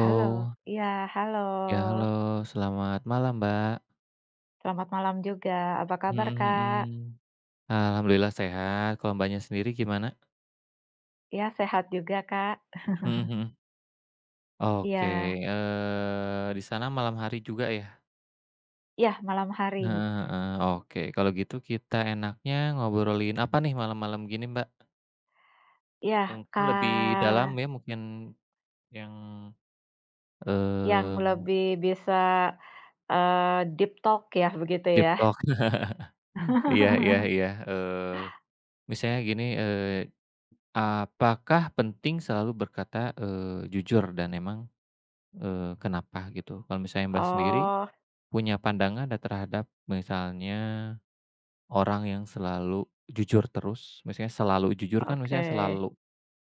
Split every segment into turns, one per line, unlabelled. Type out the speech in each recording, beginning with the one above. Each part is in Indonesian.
Halo, iya halo.
ya halo, selamat malam, Mbak.
Selamat malam juga. Apa kabar,
Mhm
Kak?
mhm. Alhamdulillah sehat, kalau Mbaknya sendiri gimana?
Ya, sehat juga, Kak?
Mhm mhm. Oke,
Iya,
di sana malam hari juga ya?
ya malam hari.
Heeh heeh, oke, kalau gitu kita enaknya ngobrolin apa nih malam-malam gini, Mbak?
Ya
Mungkin lebih dalam
Kak,
ya, mungkin yang,
yang
mmm,
lebih bisa, deep talk ya, begitu
deep
ya?
talk. Iya iya iya, misalnya gini, apakah penting selalu berkata, jujur dan emang, kenapa gitu? Kalau misalnya Mbak sendiri
Oh,
punya pandangan nggak terhadap misalnya orang yang selalu jujur terus, misalnya selalu jujur kan
oke.
misalnya selalu,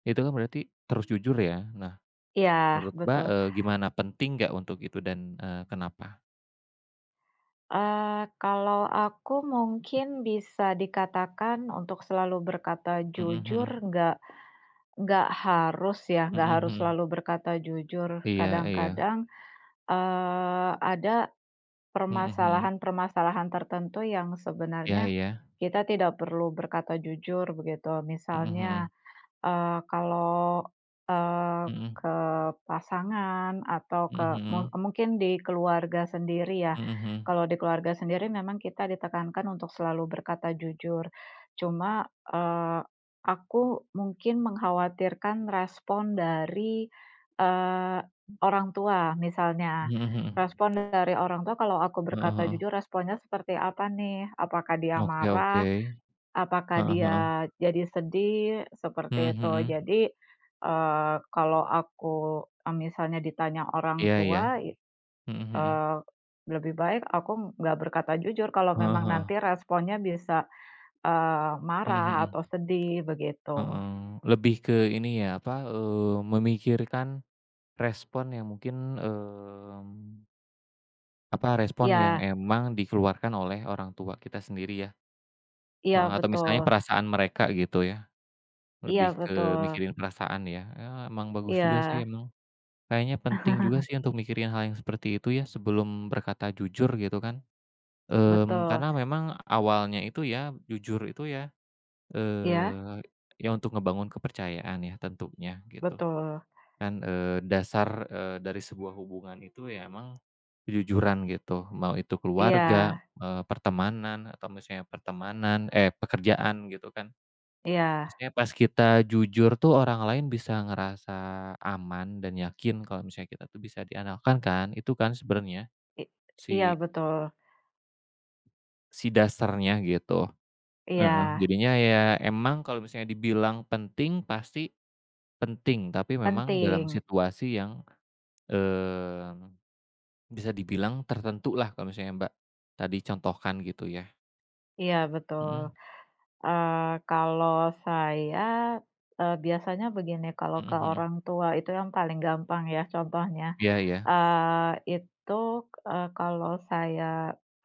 itu kan berarti terus jujur ya. Nah,
Ya
menurut Mbak,
betul.
gimana penting nggak untuk itu dan, kenapa?
Eee, Kalau aku mungkin bisa dikatakan untuk selalu berkata
Mhm
jujur
mhm.
nggak. Nggak harus ya, nggak
Mhm
harus
mhm.
selalu berkata jujur.
Iya iya.
Kadang-kadang, ada
Mhm mhm.
permasalahan-permasalahan tertentu yang
Iya
sebenarnya
iya.
kita tidak perlu berkata jujur begitu.
Mhm
Misalnya
mhm.
Eee, kalau, eee,
Mhm.
ke pasangan atau
Mhm
ke mu
mhm.
mungkin di keluarga sendiri ya.
Mhm mhm.
Kalau di keluarga sendiri memang kita ditekankan untuk selalu berkata jujur. Cuma, aku mungkin mengkhawatirkan respon dari, eee, orang tua misalnya.
Mhm mhm.
Respon dari orang tua kalau aku
Heeh
berkata
heeh.
jujur responnya seperti apa nih? Apakah dia
Oke
marah?
oke.
Apakah
Heeh heeh.
dia jadi sedih, seperti
Mhm
itu.
mhm.
Jadi, kalau aku, misalnya ditanya orang
Iya iya.
tua,
Mhm mhm.
eee, lebih baik aku nggak berkata jujur kalau
Heeh
memang
heeh.
nanti responnya bisa,
Mhm
marah
mhm.
atau sedih, begitu.
Heeh. Lebih ke ini ya, apa, memikirkan respon yang mungkin, apa, respon yang
Iya
emang dikeluarkan oleh orang tua kita sendiri ya,
iya,
heeh, atau
betul.
misalnya perasaan mereka gitu ya,
Iya,
lebih ke
betul.
mikirin perasaan ya. Ya emang bagus juga sih
Iya.
emang. Kayaknya penting juga sih untuk mikirin hal yang seperti itu ya sebelum berkata jujur gitu kan.
Betul.
Karena memang awalnya itu ya, jujur itu ya,
Iya,
eee, ya untuk ngebangun kepercayaan ya tentunya gitu
betul.
kan, dasar, dari sebuah hubungan itu ya emang kejujuran gitu, mau itu
Iya
keluarga, pertemanan atau misalnya pekerjaan gitu kan.
iya.
Biasanya pas kita jujur tuh orang lain bisa ngerasa aman dan yakin kalau misalnya kita tuh bisa diandalkan kan, itu kan sebenarnya
I iya,
si
betul.
si dasarnya gitu. Heeh,
Iya,
jadinya ya emang kalau misalnya dibilang penting, pasti penting, tapi memang dalam
penting.
situasi yang, mmm, bisa dibilang tertentu lah kalau misalnya Mbak tadi contohkan gitu ya.
Iya, betul.
Mhm,
Kalau saya, biasanya begini, kalau
mhm
ke
mhm.
orang tua itu yang paling gampang ya contohnya,
Iya iya.
eee, itu, kalau saya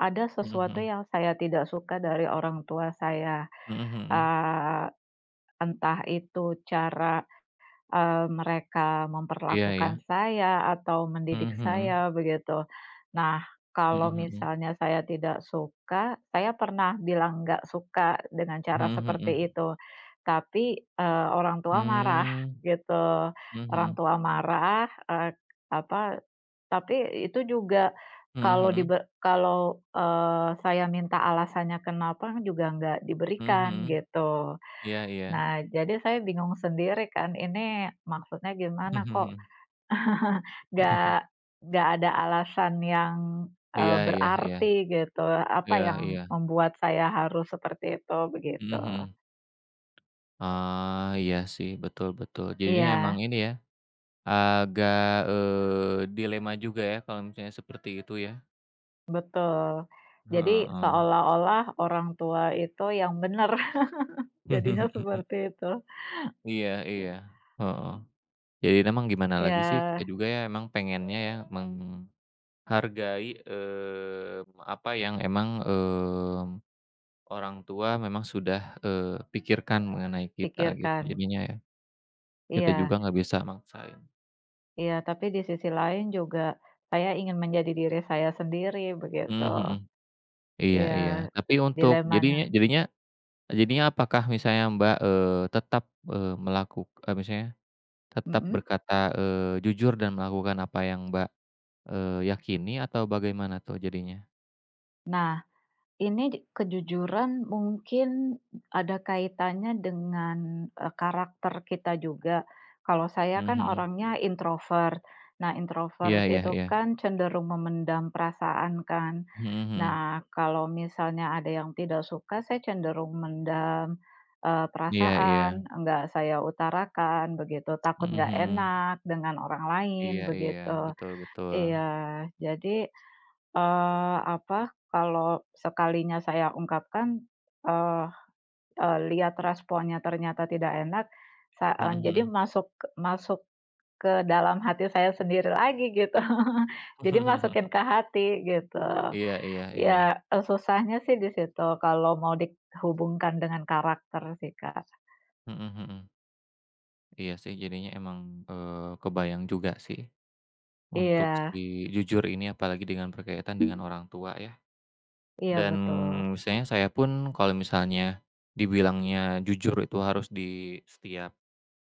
ada
Mhm
sesuatu
mhm.
yang saya tidak suka dari orang tua saya,
Mhm mhm.
eee, entah itu cara mereka
Iya iya.
memperlakukan saya atau
Mhm
mendidik
mhm.
saya begitu. Nah, kalau
Mhm mhm.
misalnya saya tidak suka, saya pernah bilang nggak suka dengan cara
Mhm
seperti
mhm.
itu, tapi, orang tua marah
Mmm.
gitu.
Mhm
Orang
mhm.
tua marah, apa, tapi itu juga
Mhm
kalau
mhm.
dibe kalau, saya minta alasannya kenapa juga nggak
Mhm
diberikan
mhm.
gitu.
Iya iya.
Nah, jadi saya bingung sendiri kan, ini maksudnya gimana
Mhm
kok
mhm.
nggak ada alasan yang,
Iya iya iya.
berarti gitu, apa
Iya
yang
iya.
membuat saya harus seperti itu, begitu.
Mhm mhm. Ah, iya sih, betul betul. Jadinya
Iya,
emang ini ya, agak, dilema juga ya kalau misalnya seperti itu ya.
betul. Jadi
Heeh.
seolah-olah orang tua itu yang benar, jadinya seperti itu.
Iya iya, heeh. Jadi emang gimana lagi sih, kita
Ya,
juga ya emang pengennya ya menghargai, apa yang emang, orang tua memang sudah, eee, pikirkan mengenai kita gitu,
pikirkan.
jadinya ya. Kita
Iya
juga nggak bisa maksain.
iya, tapi di sisi lain juga saya ingin menjadi diri saya sendiri, begitu.
Mmm, mhm. Iya iya.
Iya,
Tapi untuk jadinya
dilemanya.
jadinya Jadinya apakah misalnya Mbak, tetap, misalnya tetap
Mhm.
berkata, jujur dan melakukan apa yang Mbak, yakini atau bagaimana tuh jadinya?
Nah, ini j kejujuran mungkin ada kaitannya dengan, karakter kita juga. Kalau saya
Mhm
kan
mhm.
orangnya introvert. Nah,
Iya
introvert
iya
itu
iya.
kan cenderung memendam perasaan kan.
Mhm mhm.
Nah, kalau misalnya ada yang tidak suka, saya cenderung mendam,
Iya iya.
perasaan, enggak saya utarakan begitu, takut
Mhm
nggak
mhm.
enak dengan orang lain
Iya iya.
begitu.
Betul betul.
Iya, jadi apa, kalau sekalinya saya ungkapkan, eee eee, lihat responnya ternyata tidak enak, jadi
Mhm.
masuk masuk ke dalam hati saya sendiri lagi gitu. Jadi masukin ke hati gitu.
Iya iya iya.
Ya, susahnya sih di situ kalau mau dihubungkan dengan karakter sih, Kak.
Mhm mhm. Iya sih jadinya emang, kebayang juga sih untuk
Iya,
si jujur ini apalagi dengan berkaitan dengan orang tua ya.
iya
Dan
betul.
misalnya saya pun kalau misalnya dibilangnya jujur itu harus di setiap,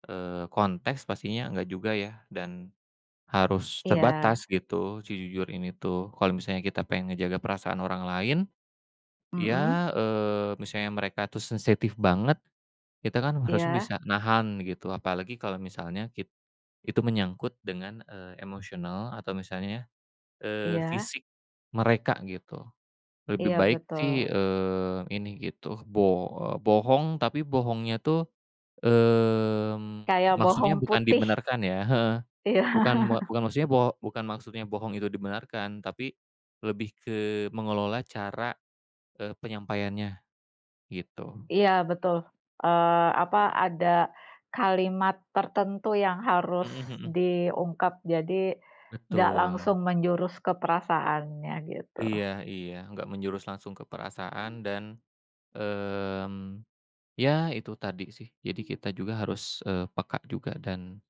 konteks pastinya enggak juga ya dan harus
Iya,
terbatas gitu si jujur ini tuh. Kalau misalnya kita pengen ngejaga perasaan orang lain,
mhm,
ya, misalnya mereka tuh sensitif banget, kita kan harusnya
iya
bisa nahan gitu. Apalagi kalau misalnya itu menyangkut dengan, emosional atau misalnya,
iya
fisik mereka gitu. Lebih
iya
baik sih,
betul.
ini gitu, bo bohong tapi bohongnya tuh, mmm,
Kayak
maksudnya
bohong
bukan
putih.
dibenarkan ya heeh,
Iya.
bukan maksudnya bohong itu dibenarkan, tapi lebih ke mengelola cara, penyampaiannya gitu.
Iya betul, apa, ada kalimat tertentu yang harus
Mhm mhm.
diungkap, jadi nggak
Betul.
langsung menjurus ke perasaannya gitu.
Iya iya, nggak menjurus langsung ke perasaan dan, mmm, ya itu tadi sih, jadi kita juga harus, peka juga dan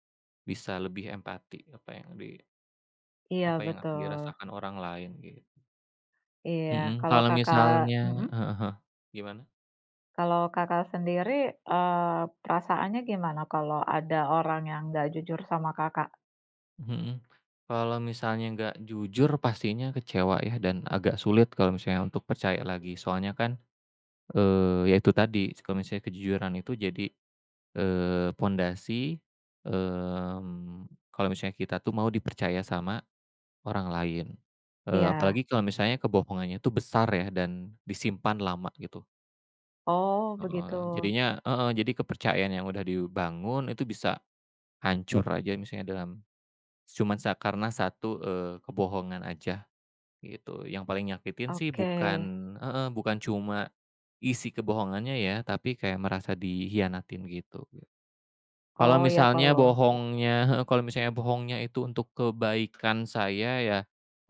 bisa lebih empati
Iya
apa yang akan
betul,
dirasakan orang lain gitu.
iya
Mhm. Nah,
kalau
kalau
Kakak
misalnya
mhm,
heeh, gimana?
kalau Kakak sendiri, perasaannya gimana kalau ada orang yang nggak jujur sama Kakak?
mhm, kalau misalnya nggak jujur pastinya kecewa ya dan agak sulit kalau misalnya untuk percaya lagi. Soalnya kan, ya itu tadi kalau misalnya kejujuran itu jadi, pondasi, mmm, kalau misalnya kita tuh mau dipercaya sama orang lain.
Iya,
Apalagi kalau misalnya kebohongannya itu besar ya dan disimpan lama gitu.
oh begitu,
Heeh, jadinya heeh, jadi kepercayaan yang udah dibangun itu bisa hancur aja misalnya dalam cuman sa karena satu, kebohongan aja gitu. Yang paling nyakitin sih
oke.
bukan cuma isi kebohongannya ya, tapi kayak merasa dikhianatin gitu. Kalau
Oh ya
misalnya
kalau
bohongnya heeh, kalau misalnya bohongnya itu untuk kebaikan saya ya,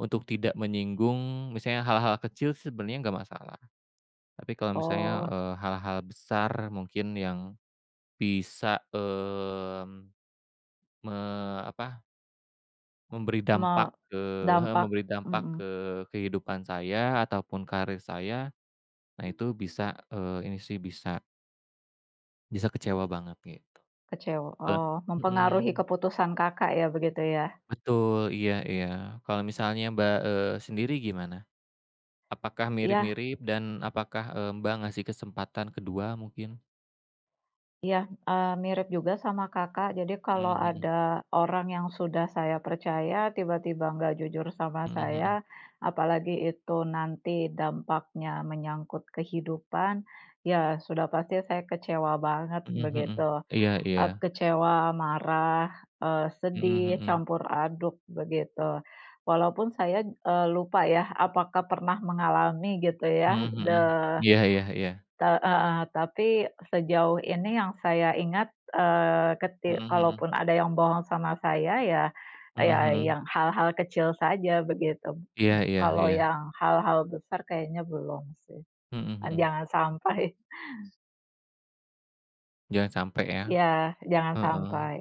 untuk tidak menyinggung misalnya hal-hal kecil sebenarnya nggak masalah. Tapi kalau misalnya,
oh
hal-hal besar mungkin yang bisa, mmm, me apa, memberi
me
dampak
dampak
memberi dampak
mhm.
ke kehidupan saya ataupun karir saya. Nah itu bisa, ini sih bisa bisa kecewa banget gitu.
Kecewa,
Kalau
oh, mempengaruhi
mhm,
keputusan Kakak ya begitu ya?
betul, iya iya. Kalau misalnya Mbak, sendiri gimana? Apakah
Iya
mirip-mirip dan apakah, Mbak ngasih kesempatan kedua mungkin?
iya, mirip juga sama Kakak. Jadi kalau
Mmm, mhm.
ada orang yang sudah saya percaya tiba-tiba nggak jujur sama
Mhm mhm.
saya, apalagi itu nanti dampaknya menyangkut kehidupan, ya sudah pasti saya kecewa banget
Mhm mhm.
begitu.
Iya iya.
Kecewa, marah,
Mhm
sedih,
mhm.
campur aduk begitu. Walaupun saya, lupa ya apakah pernah mengalami gitu
Mhm
ya de
mhm. Iya iya iya.
te heeh, tapi sejauh ini yang saya ingat, keti
Mhm mhm.
kalaupun ada yang bohong sama saya ya
Mhm
ya yang
mhm.
hal-hal kecil saja begitu.
Iya iya
Kalau
iya.
yang hal-hal besar kayaknya belum sih.
Mhm mhm.
Jangan sampai
Jangan sampai ya.
ya jangan
Heeh.
sampai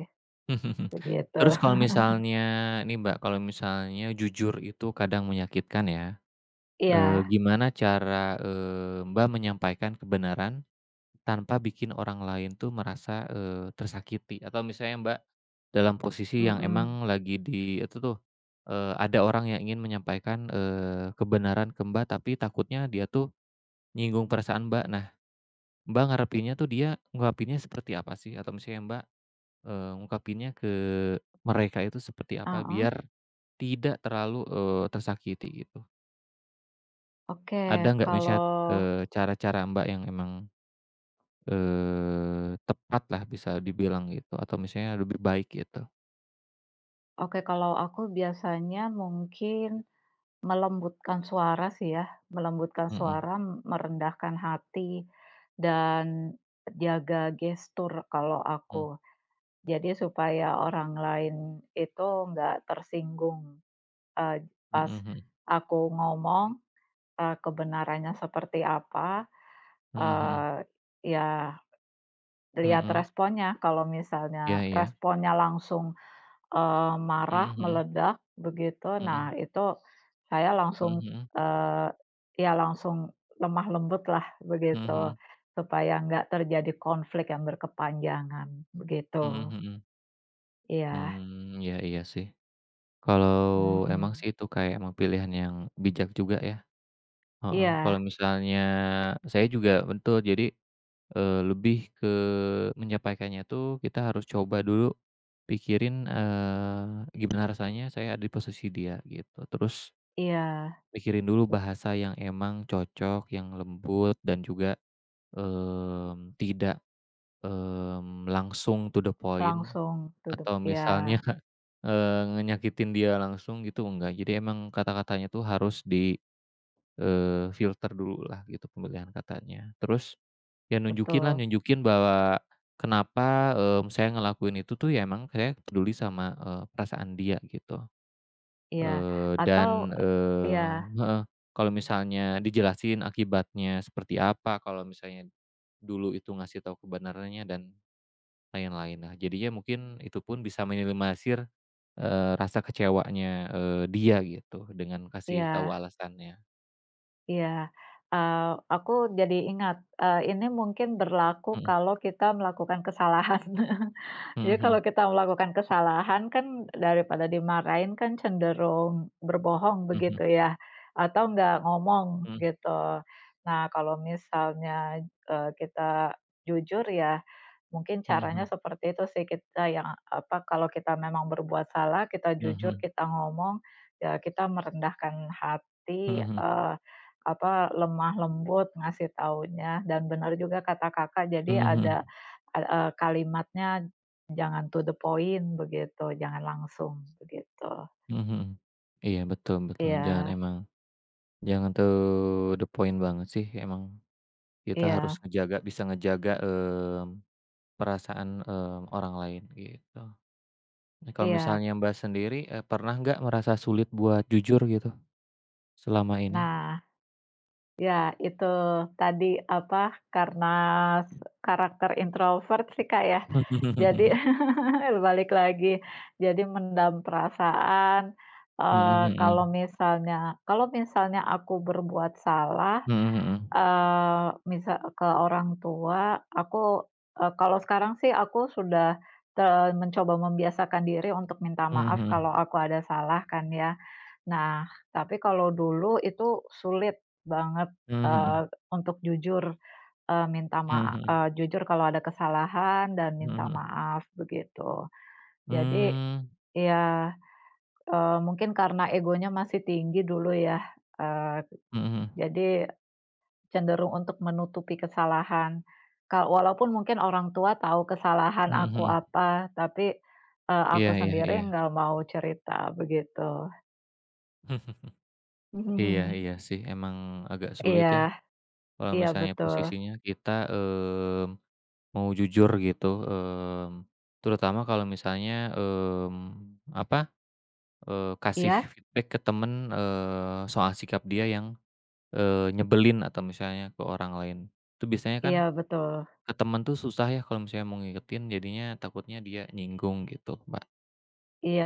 begitu.
Terus kalau misalnya nih, Mbak, kalau misalnya jujur itu kadang menyakitkan ya,
Iya,
gimana cara, Mbak, menyampaikan kebenaran tanpa bikin orang lain tuh merasa, tersakiti? Atau misalnya, Mbak, dalam posisi yang
mhm.
emang lagi di itu tuh, ada orang yang ingin menyampaikan, kebenaran ke Mbak, tapi takutnya dia tuh nyinggung perasaan Mbak. Nah, Mbak ngarepinnya tuh dia ngungkapinnya seperti apa sih? Atau misalnya Mbak, ngungkapinnya ke mereka itu seperti apa
Heeh,
biar tidak terlalu, tersakiti gitu?
oke.
Ada nggak misalnya,
Kalau
eee, cara-cara Mbak yang emang, tepat lah bisa dibilang gitu atau misalnya lebih baik gitu?
oke, kalau aku biasanya mungkin melembutkan suara sih ya, melembutkan
Mhm,
suara, merendahkan hati, dan jaga gestur kalau
mmm,
aku. Jadi supaya orang lain itu nggak tersinggung, eee,
mhm
pas
mhm,
aku ngomong, kebenarannya seperti apa,
mhm mhm,
eee, ya lihat
mhm,
responnya, kalau
iya
misalnya
iya,
responnya langsung marah,
mhm
meledak begitu.
mhm,
Nah itu saya
mhm,
langsung,
mhm
eee, ya langsung lemah lembutlah
mhm,
begitu,
mhm
supaya nggak terjadi konflik yang berkepanjangan,
mhm,
begitu.
mhm mhm,
Iya,
mmm, iya iya sih. Kalau emang
mhm.
sih itu kayak emang pilihan yang bijak juga ya, heeh. Kalau
Iya
misalnya saya juga betul jadi, lebih ke menyampaikannya tuh kita harus coba dulu pikirin, gimana rasanya saya ada di posisi dia gitu. Terus
iya,
pikirin dulu
bet
bahasa yang emang cocok, yang lembut dan juga, tidak, langsung to the point
langsung tutup,
atau
the iya,
misalnya ngenyakitin dia langsung gitu enggak, jadi emang kata-katanya tuh harus di, filter dululah gitu pemilihan katanya. Terus, ya nunjukinlah,
betul,
nunjukin bahwa kenapa, saya ngelakuin itu tuh ya emang saya peduli sama, perasaan dia gitu,
iya.
dan,
Atau iya
heeh, kalau misalnya dijelasin akibatnya seperti apa, kalau misalnya dulu itu ngasih tahu kebenarannya dan lain-lain. Nah jadinya mungkin itu pun bisa minimalisir rasa kecewanya, dia gitu dengan kasih tahu
iya
alasannya.
iya, eee, aku jadi ingat, ini mungkin berlaku
Mhm,
kalau kita melakukan kesalahan. Jadi kalau
mhm
kita melakukan kesalahan kan daripada dimarahin kan cenderung berbohong
mhm,
begitu ya, atau nggak ngomong
mhm
gitu. Nah kalau misalnya, kita jujur ya. Mungkin caranya
mhm,
seperti itu sih kita yang apa, kalau kita memang berbuat salah, kita
mhm
jujur,
mhm,
kita ngomong, ya kita merendahkan
mhm
hati,
mhm,
apa, lemah lembut ngasih taunya dan benar juga kata Kakak, jadi ada,
mhm
e kalimatnya jangan to the point begitu, jangan langsung begitu.
mhm, mhm. Iya betul betul, jangan
Iya
emang jangan to the point banget sih emang, kita harus
iya
bisa ngejaga, perasaan, orang lain gitu. Nah kalau
iya.
misalnya Mbak sendiri, pernah nggak merasa sulit buat jujur gitu selama ini?
Nah, ya itu tadi, apa, karena s karakter introvert sih, Kak, ya. Jadi balik lagi, jadi mendam perasaan,
Mhm mhm mhm, mhm
kalau misalnya aku berbuat salah,
mhm, mhm mhm.
misa ke orang tua, aku, kalau sekarang sih aku sudah te mencoba membiasakan diri untuk minta maaf kalau
Mhm
aku ada salah kan ya. Nah, tapi kalau dulu itu sulit banget,
mhm,
eee,
mhm
untuk jujur. Minta maa eee,
mhm,
jujur kalau ada kesalahan dan
mhm
minta
mhm,
maaf begitu. Jadi
mmm,
ya, mungkin karena egonya masih tinggi dulu ya, eee,
mhm mhm,
jadi cenderung untuk menutupi kesalahan. Ka walaupun mungkin orang tua tahu kesalahan
mhm
aku
mhm,
apa, tapi, aku
iya iya
sendiri
iya.
nggak mau cerita begitu. Mhm
Iya
mhm.
iya sih emang agak sulit ya
Iya
kalau
iya
misalnya
betul.
posisinya kita, mau jujur gitu, terutama kalau misalnya, apa, kasih
Iya
feedback ke temen, soal sikap dia yang, nyebelin atau misalnya ke orang lain. Itu biasanya kan.
iya betul.
Ke temen tuh susah ya kalau misalnya mau ngingetin jadinya takutnya dia nyinggung gitu,
Iya.